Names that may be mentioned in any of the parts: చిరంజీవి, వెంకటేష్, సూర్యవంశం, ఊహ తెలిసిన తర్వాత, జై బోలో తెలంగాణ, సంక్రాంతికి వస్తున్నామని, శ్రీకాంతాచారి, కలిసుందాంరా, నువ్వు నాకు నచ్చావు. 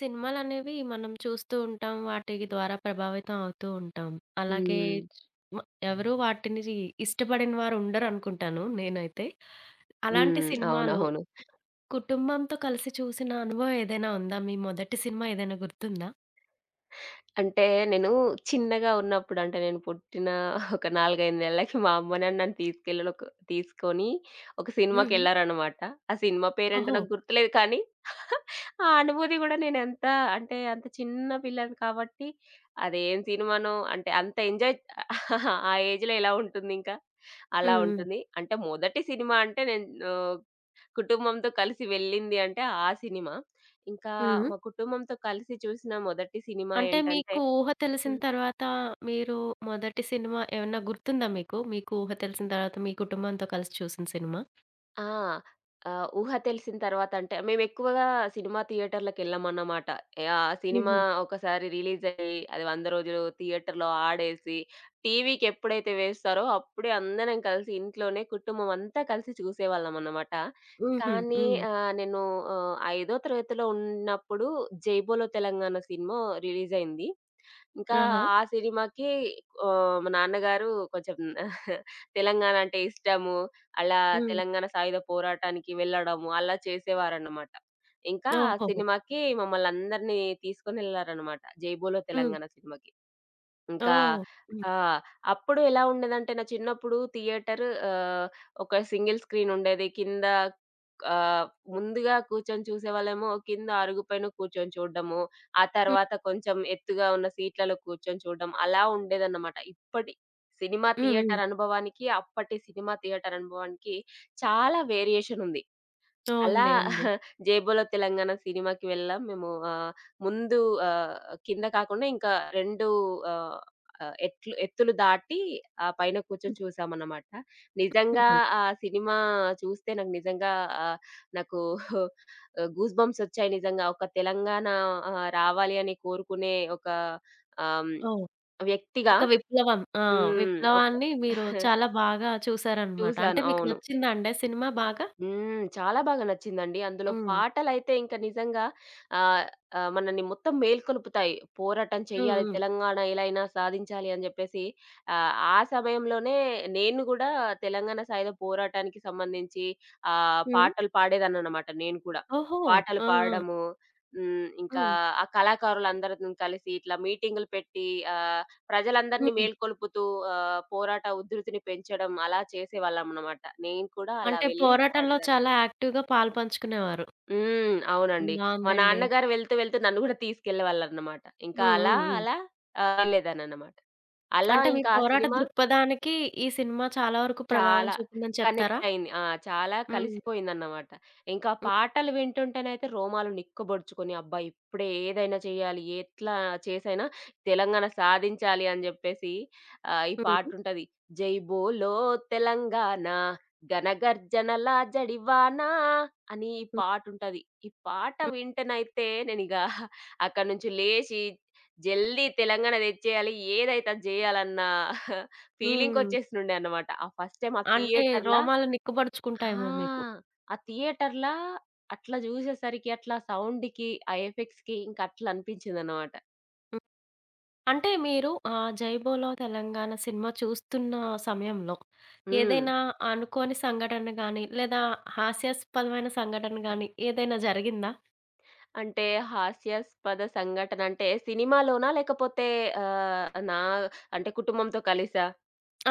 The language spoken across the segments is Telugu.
సినిమాలనేవి మనం చూస్తూ ఉంటాం. వాటి ద్వారా ప్రభావితం అవుతూ ఉంటాం. అలాగే హ్మ్. మ ఎవరు వాటిని ఇష్టపడని వారు ఉండరనుకుంటాను నేనైతే. అలాంటి హ్మ్. సినిమాలు అవునవును. కుటుంబంతో కలిసి చూసిన అనుభవం ఏదైనా ఉందా? మీ మొదటి సినిమా ఏదైనా గుర్తుందా? అంటే నేను చిన్నగా ఉన్నప్పుడు అంటే నేను పుట్టిన ఒక 4, 5 నెలలకి మా అమ్మ నన్ను నన్ను తీసుకెళ్ళడం ఒక తీసుకొని ఒక హుహు. సినిమాకెళ్లారనమాట. ఆ సినిమా పేరేంటో ఓహో! నాకు గుర్తులేదు కానీ ఆ అనుభూతి గూడా నేనెంత అంటే అంత చిన్న పిల్లని కాబట్టి అదేం సినిమానో అంటే అంత ఎంజాయ్ ఆ ఏజ్‌లో ఎలా ఉంటుందింకా అలా హ్మ్. హ్మ్. ఉంటుంది. అంటే మొదటి సినిమా అంటే నేను కుటుంబంతో కలిసి వెళ్ళింది అంటే ఆ సినిమా. ఇంకా హ్మ్. మా కుటుంబంతో కలిసి చూసిన మొదటి సినిమా అంటే ఏంటంటే మీకు ఊహ తెలిసిన హ్మ్. తర్వాత మీరు మొదటి సినిమా ఏమన్నా గుర్తుందా మీకు? మీకు ఊహ తెలిసిన తర్వాత మీ కుటుంబంతో కలిసి చూసిన సినిమా? ఆ! 'ఊహ తెలిసిన తర్వాత' అంటే మేమెక్కువగా సినిమా థియేటర్‌లకెళ్ళమన్నమాట. ఆ సినిమా హుహు. ఒకసారి రిలీజ్ అయ్యి అది 100 రోజులు థియేటర్‌లో ఆడేసి, టీవీకెప్పుడైతే వేస్తారో అప్పుడే అందరం కలిసి ఇంట్లోనే కుటుంబం అంతా కలిసి చూసేవాళ్ళమన్నమాట. హుహు. కానీ హ్మ్. నేను ఐదో తరగతిలో ఉన్నప్పుడు 'జై బోలో తెలంగాణ' సినిమా రిలీజ్ అయింది. ఇంకా ఆహా! ఆ సినిమాకి మా నాన్నగారు కొంచెం తెలంగాణ అంటే ఇష్టము. అలా హ్మ్. తెలంగాణ సాయుధ పోరాటానికి వెళ్ళడము అలా చేసేవారన్నమాట. ఇంకా ఆ ఓహోహో! సినిమాకి మమ్మల్ని అందరిని తీసుకొనెళ్లారన్నమాట. 'జై బోలో హ్మ్. తెలంగాణ' సినిమాకి. ఇంకా ఓహ్! హ్మ్. ఆ! అప్పుడు ఎలా ఉండేదంటే నా చిన్నప్పుడు థియేటర్ ఒక సింగిల్ స్క్రీన్ ఉండేది. కింద ఆహ్, ముందుగా కూర్చొని చూసేవాళ్ళేమో కింద అరుగు పైన కూర్చొని చూడడము. ఆ హ్మ్. తర్వాత కొంచెం ఎత్తుగా ఉన్న సీట్లలో కూర్చొని చూడడం అలా ఉండేదన్నమాట. ఇప్పటి సినిమా హ్మ్. హ్మ్. థియేటర్ అనుభవానికి, అప్పటి సినిమా థియేటర్ అనుభవానికి చాలా వేరియేషన్ ఉంది. ఓహ్! అలా ఉంది. ఉంది. జేబోలో తెలంగాణ సినిమాకి వెళ్ళాం. మేము ముందు ఆహ్, కింద కాకుండా ఇంకా 2 ఆహ్, ఎట్లు ఎత్తులు దాటి ఆ పైన కూర్చొని చూసామన్నమాట. నిజంగా హుహు. ఆ సినిమా చూస్తే నాకు నిజంగా ఆహ్, నాకు గూస్ బంప్స్ వచ్చాయి నిజంగా. ఒక తెలంగాణ రావాలి అని కోరుకునే ఒక ఆహ్, ఓహ్! వ్యక్తిగా ఒక విప్లవం. ఆ! హ్మ్. ఒక విప్లవాన్ని మీరు చాలా బాగా చూసారనమాట. అంటే చూసాను. మీకు అవును. నచ్చిందా అండి ఆ సినిమా బాగా? హ్మ్. చాలా బాగా నచ్చిందండి. అందులో హ్మ్. పాటలైతే ఇంక నిజంగా ఆహ్, మనల్ని మొత్తం మేల్కొలుపుతాయి. పోరాటం హ్మ్. చేయాలి, హ్మ్. తెలంగాణ ఎలాగైనా సాధించాలి అని జెప్పేసి ఆ సమయంలోనే నేను గూడా తెలంగాణ సాయుధ పోరాటానికి సంబంధించి హ్మ్. పాటలు పాడేదాన్ననమాట నేను కూడా. ఓహో! పాటలు ఆ! ఆ! పాడడము, హ్మ్. ఇంకా హ్మ్. ఆ కళాకారులందరం కలిసి ఇట్లా మీటింగులు పెట్టి ఆహ్, ప్రజలందరిని హ్మ్. మేల్కొలుపుతూ పోరాట ఉధృతిని పెంచడం అలా చేసేవాళ్ళమనమాట. నేను కూడా అలా అంటే వెళ్ళి పోరాటంలో పాడేదాన్ని. చాలా యాక్టివ్‌గా పాలుపంచుకునేవారు. హ్మ్. అవునండి. మా బావుందండి. నాన్నగారు వెళ్తూ, వెళ్తూ నన్ను గూడా తీసుకెళ్ళేవాళ్ళన్నమాట. హ్మ్. ఇంకా అలా, హ్మ్. హ్మ్. అలా వెళ్ళేదాన్నన్నమాట. అలా అంటే మీ ఇంకా ఆ పోరాట సినిమా దృక్పథానికి ఈ సినిమా చాలా వరకు ప్రభావం చాలా చూపిందని చెప్తారా? కనెక్ట్ అయింది. ఆ! చాలా హ్మ్. కలిసిపోయిందన్నమాట. ఇంకా హ్మ్. పాటలు వింటుంటేనైతే రోమాలు నిక్కబొడుచుకొని, అబ్బా! ఇప్పుడే ఏదైనా చేయాలి, ఎట్లా చేసైనా తెలంగాణ సాధించాలి అని జెప్పేసి ఈ హ్మ్. పాటుంటది. జై బోలో తెలంగాణ ఘనగర్జనల జడివాన అని ఈ హ్మ్. పాటుంటది. ఈ పాట హ్మ్. వింటేనైతే నేనిగ అక్కడి నుంచి లేచి జల్దీ తెలంగాణ తెచ్చేయాలి, ఏదైతే అది జేయాలన్న హ్మ్. ఫీలింగ్‌కొచ్చేసినుండే అన్నమాట. ఆ ఫస్ట్ టైమ్ ఆ అంటే థియేటర్‌ల రోమాలు నిక్కబొడుచుకుంటాయేమో మీకు. ఆ! ఆ థియేటర్‌ల అట్లా జూసేసరికి అట్లా సౌండ్‌కి, ఆ ఎఫెక్ట్స్‌కి ఇంక అట్లా అనిపించిందన్నమాట. హ్మ్. అంటే మీరు 'జైబోలో తెలంగాణ' సినిమా చూస్తున్న సమయంలో హ్మ్. ఏదైనా అనుకోని సంఘటన గాని, లేదా హాస్యాస్పదమైన సంఘటన గాని ఏదైనా జరిగిందా? అంటే హాస్యాస్పద సంఘటన అంటే సినిమాలోనా? లేకపోతే నా అంటే కుటుంబంతో కలిసా?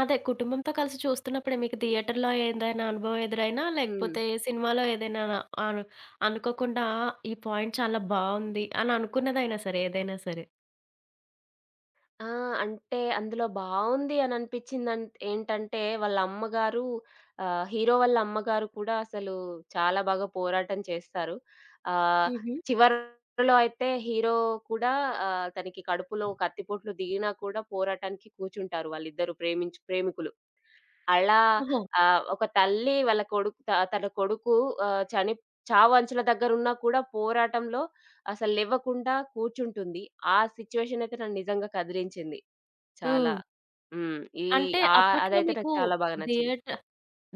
అదే కుటుంబంతో కలిసి చూస్తున్నప్పుడే మీకు థియేటర్‌లో ఏదైనా అనుభవం ఎదురైనా, హ్మ్. లేకపోతే సినిమాలో ఏదైనా అను అనుకోకుండా ఈ పాయింట్ చాలా బావుంది అని అనుకున్నదైనా సరే ఏదైనా సరే? ఆ! అంటే అందులో బావుంది అని అనిపించిందన్ ఏంటంటే వాళ్ళ అమ్మగారు హీరో వాళ్ళ అమ్మగారు కూడా అసలు చాలా బాగా పోరాటం చేస్తారు. ఆహ్, హుహు. చివర్లో అయితే హీరో కూడా తనకి కడుపులో కత్తిపోట్లు దిగినా కూడా పోరాటానికి కూర్చుంటారు వాళ్ళిద్దరూ ప్రేమించు ప్రేమికులు. అలా ఓహో! ఒక తల్లి వాళ్ళ కొడుకు తన కొడుకు ఆహ్, చని చావంచుల దగ్గరున్నా కూడా పోరాటంలో అసలు లెవ్వకుండా కూర్చుంటుంది. ఆ సిట్యుయేషన్ అయితే నన్ను నిజంగా కదిలించింది. చాలా. హ్మ్. హ్మ్. ఈ అంటే ఆ అప్పట్లో అదైతే మీకు నాకు చాలా బాగా నచ్చింది. థియేట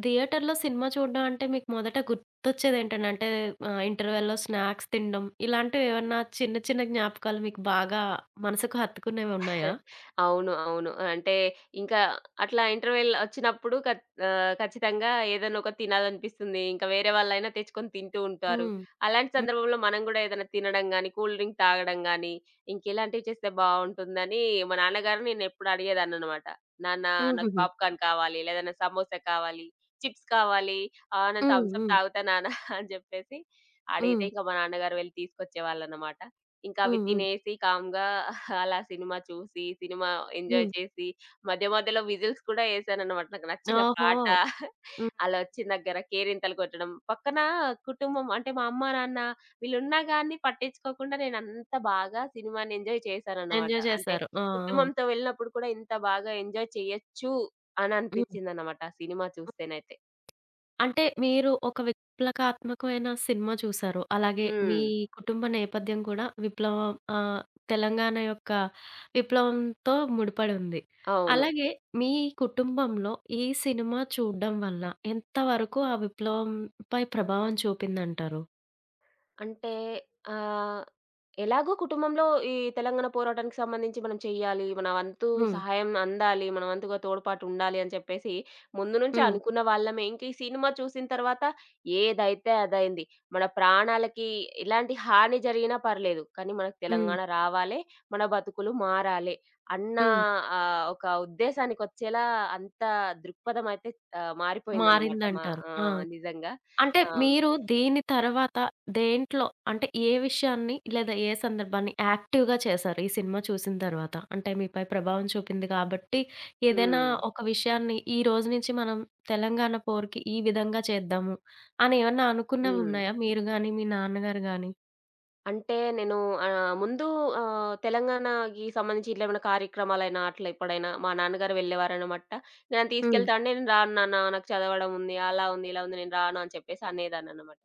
థియేటర్‌లో సినిమా చూడడం అంటే మీకు మొదట గుర్తొచ్చేదేంటండి? అంటే ఇంటర్వెల్‌లో స్నాక్స్ తినడం ఇలాంటివేవన్నా చిన్న చిన్న జ్ఞాపకాలు మీకు బాగా మనసుకు హత్తుకునేవున్నాయా? అవును. అవును. అంటే ఇంకా అట్లా ఇంటర్వెల్ వచ్చినప్పుడు ఖచ్చితంగా ఏదైనా ఒకటి తినాలనిపిస్తుంది. ఇంకా వేరే వాళ్ళైనా తెచ్చుకొని తింటూ ఉంటారు. హ్మ్. అలాంటి హ్మ్. సందర్భంలో మనం గూడా ఏదైనా తినడం గాని, కూల్ డ్రింక్ తాగడం గాని, ఇంకెలాంటివి చేస్తే బావుంటుందని మా నాన్నగారిని నేనెప్పుడు అడిగేదాన్ననమాట. నాన్న నాకు హుహుహు. పాప్‌కార్న్ కావాలి, లేదన్నా సమోసా కావాలి, చిప్స్ కావాలి, నేను హ్మ్. థమ్స్ అప్ హ్మ్. తాగుతా నాన్న అని జెప్పేసి అడిగితే హ్మ్. ఇంక మా నాన్నగారు వెళ్లి తీసుకొచ్చేవాళ్ళన్నమాట. ఇంకా అవి హ్మ్. హ్మ్. తినేసి కామ్‌గా అలా సినిమా చూసి, సినిమా ఎంజాయ్ హ్మ్. చేసి, మధ్య మధ్యలో విజిల్స్ కూడా యేసాననమాట. నాకు నచ్చిన ఓహో! పాట హ్మ్. అలా వచ్చిన దగ్గర కేరింతలు కొట్టడం. పక్కన కుటుంబం అంటే మా అమ్మ, నాన్న వీళ్ళున్నా గాని పట్టించుకోకుండా నేనంత బాగా సినిమాని ఎంజాయ్ చేశాననమాట. ఎంజాయ్ అంటే చేశారు. ఆ! ఆ! కుటుంబంతో వెళ్ళినప్పుడు కూడా ఇంత బాగా ఎంజాయ్ చేయొచ్చు అని అనిపించిందనమాట ఆ సినిమా చూస్తేనైతే. అంటే మీరు ఒక విప్లవాత్మకమైన సినిమా చూసారు. అలాగే మీ హ్మ్. కుటుంబ నేపథ్యం కూడా విప్లవం ఆహ్, తెలంగాణ యొక్క విప్లవంతో ముడిపడి ఉంది. అవును. అలాగే మీ కుటుంబంలో ఈ సినిమా చూడ్డం వల్ల ఎంతవరకు ఆ విప్లవంపై ప్రభావం చూపిందంటారు? అంటే ఆహ్, ఎలాగో కుటుంబంలో ఈ తెలంగాణ పోరాటానికి సంబంధించి మనం చెయ్యాలి. మన వంతు హ్మ్. సహాయం అందాలి. మన వంతుగా తోడ్పాటు ఉండాలి అని చెప్పేసి ముందు నుంచే హ్మ్. అనుకున్న వాళ్ళమే. ఇంక ఈ సినిమా చూసిన తర్వాత ఏదైతే అదైంది. మన ప్రాణాలకి ఎలాంటి హాని జరిగినా పర్లేదు. కానీ మనకు హ్మ్. తెలంగాణ రావాలే. మన బతుకులు మారాలి. అన్న హ్మ్. ఒక ఉద్దేశానికొచ్చేలా అంత దృక్పథం అయితే మారిపోయిందన్నమాట. మా మారిందంటారు. ఆ! ఆ! నిజంగా. అంటే ఆ! మీరు దీని తర్వాత దేంట్లో అంటే ఏ విషయాన్ని లేదా ఏ సందర్భాన్ని యాక్టివ్‌గా చేశారు? ఈ సినిమా చూసిన తర్వాత. అంటే మీపై ప్రభావం చూపింది కాబట్టి ఏదైనా హ్మ్. ఒక విషయాన్ని ఈ రోజు నుంచి మనం తెలంగాణ పోర్‌కి ఈ విధంగా చేద్దాము అని ఏమన్నా అనుకున్నవి హ్మ్. ఉన్నాయా? మీరు గాని, మీ నాన్నగారు గాని? అంటే నేను ముందు తెలంగాణకి సంబంధించి ఇట్లా ఏమైనా కార్యక్రమాలైనా అట్లా ఎప్పుడైనా మా నాన్నగారు వెళ్ళేవారనమాట. నన్ను హ్మ్. తీసుకెళ్తా అంటే నేను రాను నాన్న నాకు చదవడం ఉంది, అలా ఉంది, ఇలా ఉంది నేను రాను అని చెప్పేసి అనేదాన్ననమాట.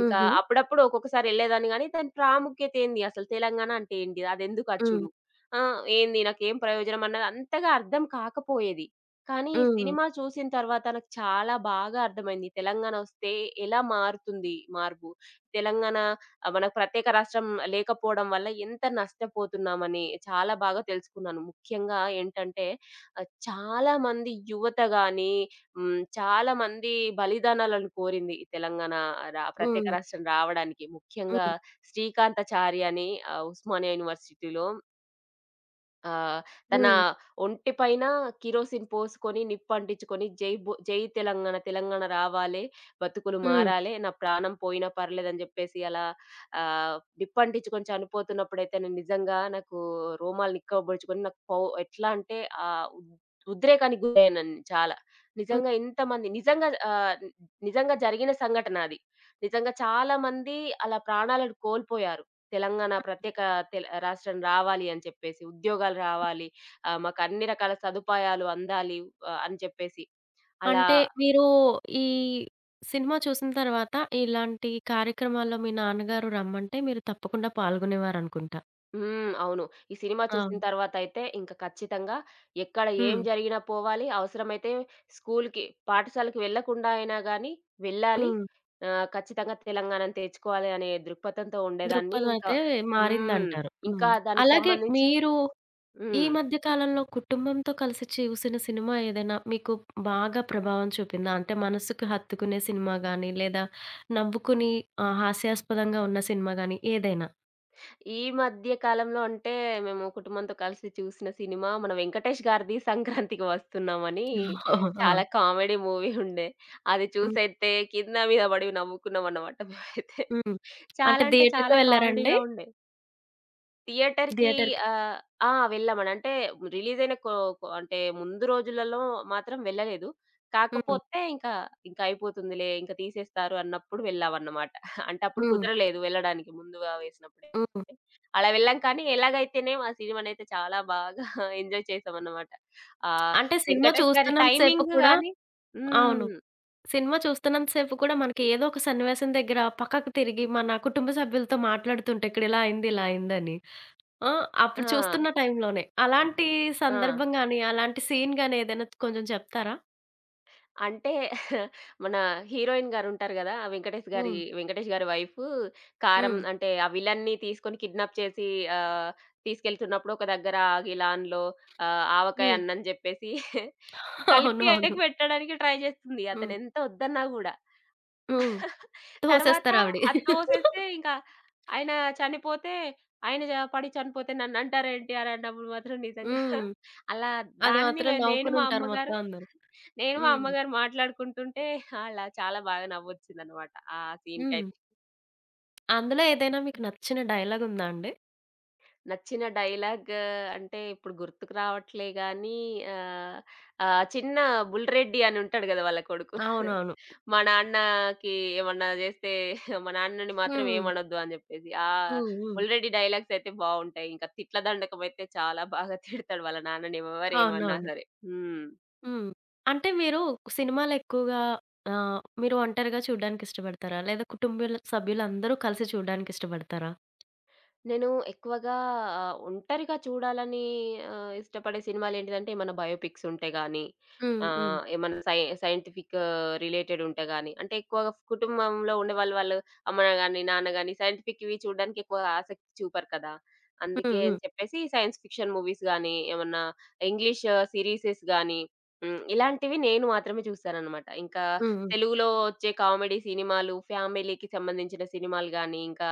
ఇంకా అప్పుడప్పుడు ఒక్కొక్కసారి ఎళ్ళేదాన్ని గానీ దాని ప్రాముఖ్యత ఏంది? అసలు తెలంగాణ అంటే ఏంటి? అదెందుకు హ్మ్. అచ్చుడు? ఆ! ఏంది? నాకేం ప్రయోజనం? అన్నది అంతగా అర్థం కాకపోయేది. కానీ ఈ హ్మ్. సినిమా చూసిన తర్వాత నాకు చాలా బాగా అర్థమైంది. తెలంగాణ ఒస్తే ఎలా మారుతుంది మార్పు? తెలంగాణ మనకు ప్రత్యేక రాష్ట్రం లేకపోవడం వల్ల ఎంత నష్టపోతున్నామని చాలా బాగా తెలుసుకున్నాను. ముఖ్యంగా ఏంటంటే చాలామంది యువత గాని, హ్మ్, చాలామంది బలిదానాలను కోరింది ఈ తెలంగాణ ప్రత్యేక హ్మ్. రాష్ట్రం రావడానికి. ముఖ్యంగా హ్మ్. శ్రీకాంతాచారి అని ఉస్మానియా యూనివర్సిటీలో ఆ! తన హ్మ్. ఒంటి పైన కిరోసిన్ పోసుకొని, నిప్పంటించుకొని జై బో జై తెలంగాణ, తెలంగాణ రావాలే, బతుకులు హ్మ్. హ్మ్. మారాలే, నా ప్రాణం పోయినా పర్లేదని జెప్పేసి అలా ఆహ్, నిప్పంటించుకొని చనిపోతున్నప్పుడైతే నేను నిజంగా నాకు రోమాలు నిక్కబొడుచుకొని నాకు పో ఎట్లా అంటే ఆహ్, ఉద్ ఉద్రేకానికి గురయ్యానండి చాలా. నిజంగా ఇంతమంది నిజంగా నిజంగా జరిగిన సంఘటన అది. నిజంగా చాలా మంది అలా ప్రాణాలను కోల్పోయారు. తెలంగాణ ప్రత్యేక రాష్ట్రం రావాలి అని చెప్పేసి, ఉద్యోగాలు రావాలి, మాకు అన్ని రకాల సదుపాయాలు అందాలి అని చెప్పేసి. అలా అంటే మీరు ఈ సినిమా చూసిన తర్వాత ఇలాంటి కార్యక్రమాల్లో మీ నాన్నగారు రమ్మంటే మీరు తప్పకుండా పాల్గొనేవారనుకుంటా. హ్మ్. అవును. ఈ సినిమా ఆ! చూసిన తర్వాతయితే ఇంక ఖచ్చితంగా ఎక్కడ ఏం హ్మ్. జరిగినా పోవాలి. అవసరమైతే స్కూలుకి, పాఠశాలకు వెళ్ళకుండా అయినా గానీ వెళ్ళాలి. హ్మ్. ఖచ్చితంగా తెలంగాణను తెచ్చుకోవాలి అనే దృక్పథంతో ఉండేదాన్ని. దృక్పథం ఇంకా అయితే హ్మ్. మారిందంటారు. హ్మ్. ఇంకా దానికి అలాగే సంబంధించి మీరు ఈ హ్మ్. మధ్య కాలంలో కుటుంబంతో కలిసి చూసిన సినిమా ఏదైనా మీకు బాగా ప్రభావం చూపిందా? అంటే మనసుకు హత్తుకునే సినిమా గాని, లేదా నవ్వుకుని హాస్యాస్పదంగా ఉన్న సినిమా గాని ఏదైనా? ఈ మధ్య కాలంలో అంటే, మేము కుటుంబంతో కలిసి చూసిన సినిమా మన 'వెంకటేష్' గారిది 'సంక్రాంతికి వస్తున్నామని' ఓహో, ఆ! చాలా కామెడీ మూవీ ఉండే. అది హ్మ్. చూసైతే కింద మీద పడి నవ్వుకున్నామన్నమాట మేమైతే. హ్మ్. అంటే చాలా అంటే థియేటర్‌కి చాలా వెళ్లారండి? కామెడీగా ఉండే. థియేటర్‌కి థియేటర్ ఆహ్, ఆ! ఆ, వెళ్ళామండి. అంటే రిలీజయిన కొ కొ అంటే ముందు రోజులలో మాత్రం వెళ్ళలేదు. హ్మ్. కాకపోతే ఇంకా, ఇంక అయిపోతుందిలే, ఇంక తీసేస్తారు అన్నప్పుడు వెళ్ళామన్నమాట. అంటే అప్పుడు హ్మ్. కుదరలేదు వెళ్ళడానికి ముందుగా వేసినప్పుడే. హ్మ్. అలా వెళ్ళాం కానీ ఎలాగైతేనేం ఆ సినిమానైతే చాలా బాగా ఎంజాయ్ చేశామన్నమాట. ఆహ్, అంటే సినిమా వెంకటేష్ గారి చూస్తున్నంత సేపు టైమింగ్ కూడా గాని అవును. హ్మ్. సినిమా చూస్తున్నంత సేపు కూడా మనకి ఏదో ఒక సన్నివేశం దగ్గర పక్కకు తిరిగి మన కుటుంబ సభ్యులతో మాట్లాడుతుంటే ఇక్కడ ఇలా అయింది, ఇలా అయిందని. ఆ! అప్పుడు ఆ! చూస్తున్న టైంలోనే. అలాంటి ఆ! సందర్భం గాని, అలాంటి సీన్ గాని ఏదైనా కొంచెం చెప్తారా? అంటే మన హీరోయిన్ గారుంటారు గదా! హ్మ్. వెంకటేష్ గారి వైఫ్ కారం హ్మ్. అంటే ఆ విలన్ని తీసుకొని కిడ్నాప్ చేసి ఆహ్, తీసుకెళ్తున్నప్పుడు ఒక దగ్గర ఆగి లాన్‌లో ఆవకాయ హ్మ్. అన్నని జెప్పేసి కలిపి అవునవును. ఆయనకి పెట్టడానికి ట్రై జేస్తుంది. హ్మ్. అతనెంత ఒద్దన్నా గూడా. హ్మ్. తర్వాత తోసేస్తారావిడి. అది తోసేస్తే ఇంకా ఆయన చనిపోతే ఆయన పడి చనిపోతే నన్నంటారేంటి అని అన్నప్పుడు మాత్రం నిజంగా హ్మ్. అలా అది దాన్ని మాత్రం నేను మా నవ్వుకొనుంటారు మొత్తం అమ్మగారు అందరూ. హ్మ్. మాట్లాడుకుంటుంటే అలా చాలా బాగా నవ్వొచ్చిందనమాట. ఆ హ్మ్. సీన్‌కైతే. అందులో ఏదైనా మీకు నచ్చిన డైలాగుందా అండి? నచ్చిన డైలాగ్ అంటే ఇప్పుడు గుర్తుకు రావట్లే గానీ ఆహ్, ఆ చిన్న బుల్లిరెడ్డి అని ఉంటాడు గదా! వాళ్ళ కొడుకు. అవునవును. మా నాన్నకి ఏమన్నా జేస్తే మా నాన్నని మాత్రం హ్మ్. ఏమనొద్దు అని జెప్పేసి. ఆ హ్మ్. హ్మ్. బుల్లిరెడ్డి డైలాగ్స్ అయితే బావుంటాయి. ఇంకా తిట్ల దండకం అయితే చాలా బాగా తిడతాడు వాళ్ళ నాన్నని ఎవరేమన్నా అవునవును. సరే. హ్మ్. హ్మ్. అంటే మీరు సినిమాలెక్కువగా మీరు ఒంటరిగా చూడ్డానికి ఇష్టపడతారా? లేదా కుటుంబీల సభ్యులందరూ కలిసి చూడ్డానికి ఇష్టపడతారా? నేను ఎక్కువగా ఒంటరిగా చూడాలని ఇష్టపడే సినిమాలేంటిదంటే, ఏమన్నా బయోపిక్స్ ఉంటే గానీ, హ్మ్. హ్మ్. ఆహ్, ఏమన్నా సై సైంటిఫిక్ రిలేటెడ్ ఉంటే గానీ, అంటే ఎక్కువగా కుటుంబంలో ఉండేవాళ్ళు వాళ్ళు వాళ్ళు అమ్మ గాని, నాన్న గాని సైంటిఫిక్‌వి చూడడానికి ఎక్కువగా ఆసక్తి చూపరు కదా! హ్మ్. అందుకే హ్మ్. అని చెప్పేసి సైన్స్ ఫిక్షన్ మూవీస్ గానీ, ఏమన్నా ఇంగ్లీష్ సీరీసెస్ గానీ, హ్మ్. ఇలాంటివి నేను మాత్రమే చూస్తాననమాట. ఇంకా హ్మ్. హ్మ్. తెలుగులో ఒచ్చే కామెడీ సినిమాలు, ఫ్యామిలీకి సంబంధించిన సినిమాలు గానీ, ఇంకా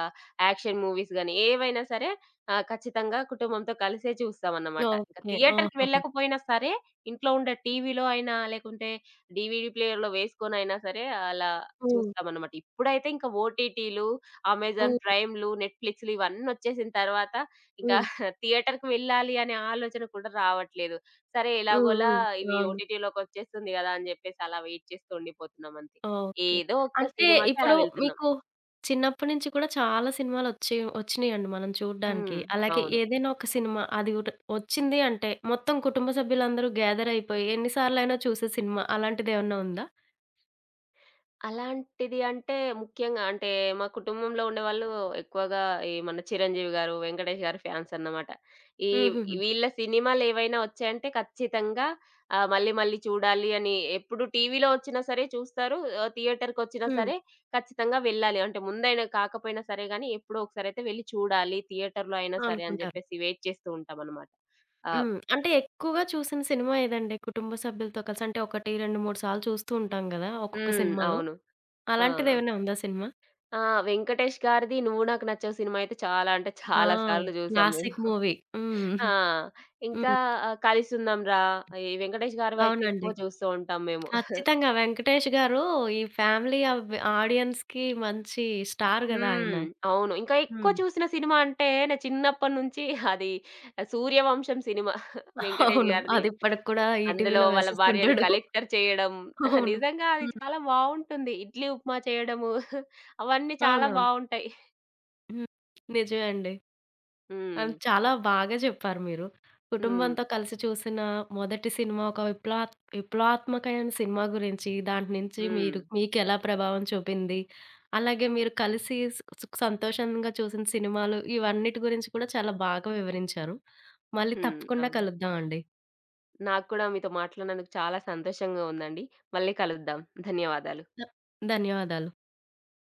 యాక్షన్ మూవీస్ గాని, ఏవైనా సరే ఖచ్చితంగా కుటుంబంతో కలిసే చూస్తామన్నమాట. ఇంక ఓకే. థియేటర్‌కి ఓహోహో! వెళ్ళకపోయినా సరే, ఇంట్లో ఉండే టీవీలో అయినా, లేకుంటే డీవీడీ ప్లేయర్‌లో వేసుకొనైనా సరే, అలా హ్మ్. చూస్తామన్నమాట. ఇప్పుడైతే ఇంకా ఓటీటీలు, అమెజాన్ హ్మ్. ప్రైమ్‌లు, నెట్‌ఫ్లిక్స్‌లు ఇవన్నొచ్చేసిన తర్వాత, ఇంకా హ్మ్. థియేటర్‌కి వెళ్ళాలి అనే ఆలోచన కూడా రావట్లేదు. సరే హ్మ్. ఎలాగోలా హ్మ్. ఇవి అవును. ఓటీటీలోకొచ్చేస్తుంది గదా! అని జెప్పేసి అలా వెయిట్ చేస్తూ ఉండిపోతున్నామంతే. ఓకే. ఏదో ఒక్క అంటే సినిమాకి అలా ఇప్పుడు వెళ్తున్నాం. మీకు చిన్నప్పటి నుంచి కూడా చాలా సినిమాలొచ్చి వచ్చినియండి మనం చూడ్డానికి. హ్మ్. అలాగే అవును. ఏదైనా ఒక సినిమా అది ఒకటి వచ్చింది అంటే మొత్తం కుటుంబ సభ్యులందరూ గ్యాదర్ అయిపోయి ఎన్ని సార్లైనా చూసే సినిమా అలాంటిదేమన్నా ఉందా? అలాంటిది అంటే ముఖ్యంగా అంటే మా కుటుంబంలో ఉండేవాళ్ళు ఎక్కువగా ఈ మన చిరంజీవి గారు, వెంకటేష్ గారి ఫ్యాన్స్ అన్నమాట. ఈ హుహుహు. వీళ్ళ సినిమాలేవైనా వచ్చాయంటే ఖచ్చితంగా మళ్ళీ మళ్ళీ చూడాలి అని ఎప్పుడు టీవీలో వచ్చినా సరే చూస్తారు. థియేటర్‌కొచ్చినా హ్మ్. సరే ఖచ్చితంగా వెళ్ళాలి. అంటే ముందైనా కాకపోయినా సరే గానీ ఎప్పుడో ఒకసారైతే వెళ్లి చూడాలి. థియేటర్‌లో అయినా సరే అని అనుకుంటారు. జెప్పేసి వెయిట్ చేస్తూ ఉంటామన్నమాట. ఆహ్ హ్మ్. అంటే ఎక్కువగా చూసిన సినిమా ఏదండి? కుటుంబ సభ్యులతో కలిసి అంటే 1, 2, 3 సార్లు చూస్తూ ఉంటాం గదా! ఒక్కొక్క హ్మ్. సినిమాలు. అవును. ఆ! అలాంటిదేమైనా ఉందా సినిమా? ఆ! 'వెంకటేష్' గారిది 'నువ్వు నాకు నచ్చావు' సినిమా అయితే చాలా అంటే ఆ! చాలా సార్లు చూసాం మేము. Classic movie. హ్మ్. ఆ! ఇంకా హ్మ్. 'కలిసుందాంరా' ఈ 'వెంకటేష్' గారివైతే ఎక్కువ అవునండి. చూస్తూ ఉంటాం మేము. ఖచ్చితంగా. 'వెంకటేష్' గారు ఈ ఫ్యామిలీ అవ్ ఆడియన్స్‌కి మంచి స్టార్ గదా ఆయన. హ్మ్. అవును. ఇంకా ఎక్కువ హ్మ్. చూసిన సినిమా అంటే నా చిన్నప్పటి నుంచి అది 'సూర్యవంశం' సినిమా 'వెంకటేష్' అవును. గారిది. అదిప్పటికి కూడా అందులో ఈటీవీలో వాళ్ళ భార్యని వేసేస్తుంటాడు. కలెక్టర్ చేయడం అవును. నిజంగా అది హ్మ్. చాలా బావుంటుంది. ఇడ్లీ ఉప్మా చేయడము అవన్నీ చాలా అవునవును. బావుంటాయి. హ్మ్. నిజమే అండి. ఆ! హ్మ్. చాలా బాగా జెప్పారు మీరు. హ్మ్. కుటుంబంతో కలిసి చూసిన మొదటి సినిమా ఒక విప్లవాత్మకమైన సినిమా గురించి, దాంటి నుంచి హ్మ్. మీరు మీకెలా ప్రభావం చూపింది, అలాగే మీరు కలిసి సంతోషంగా చూసిన సినిమాలు ఇవన్నిటి గురించి కూడా చాలా బాగా వివరించారు. మళ్ళీ హ్మ్. తప్పకుండా అవును. కలుద్దామండి. నాకు కూడా మీతో మాట్లాడినందుకు చాలా సంతోషంగా ఉందండి. మళ్ళీ కలుద్దాం. ధన్యవాదాలు. ధ ధన్యవాదాలు.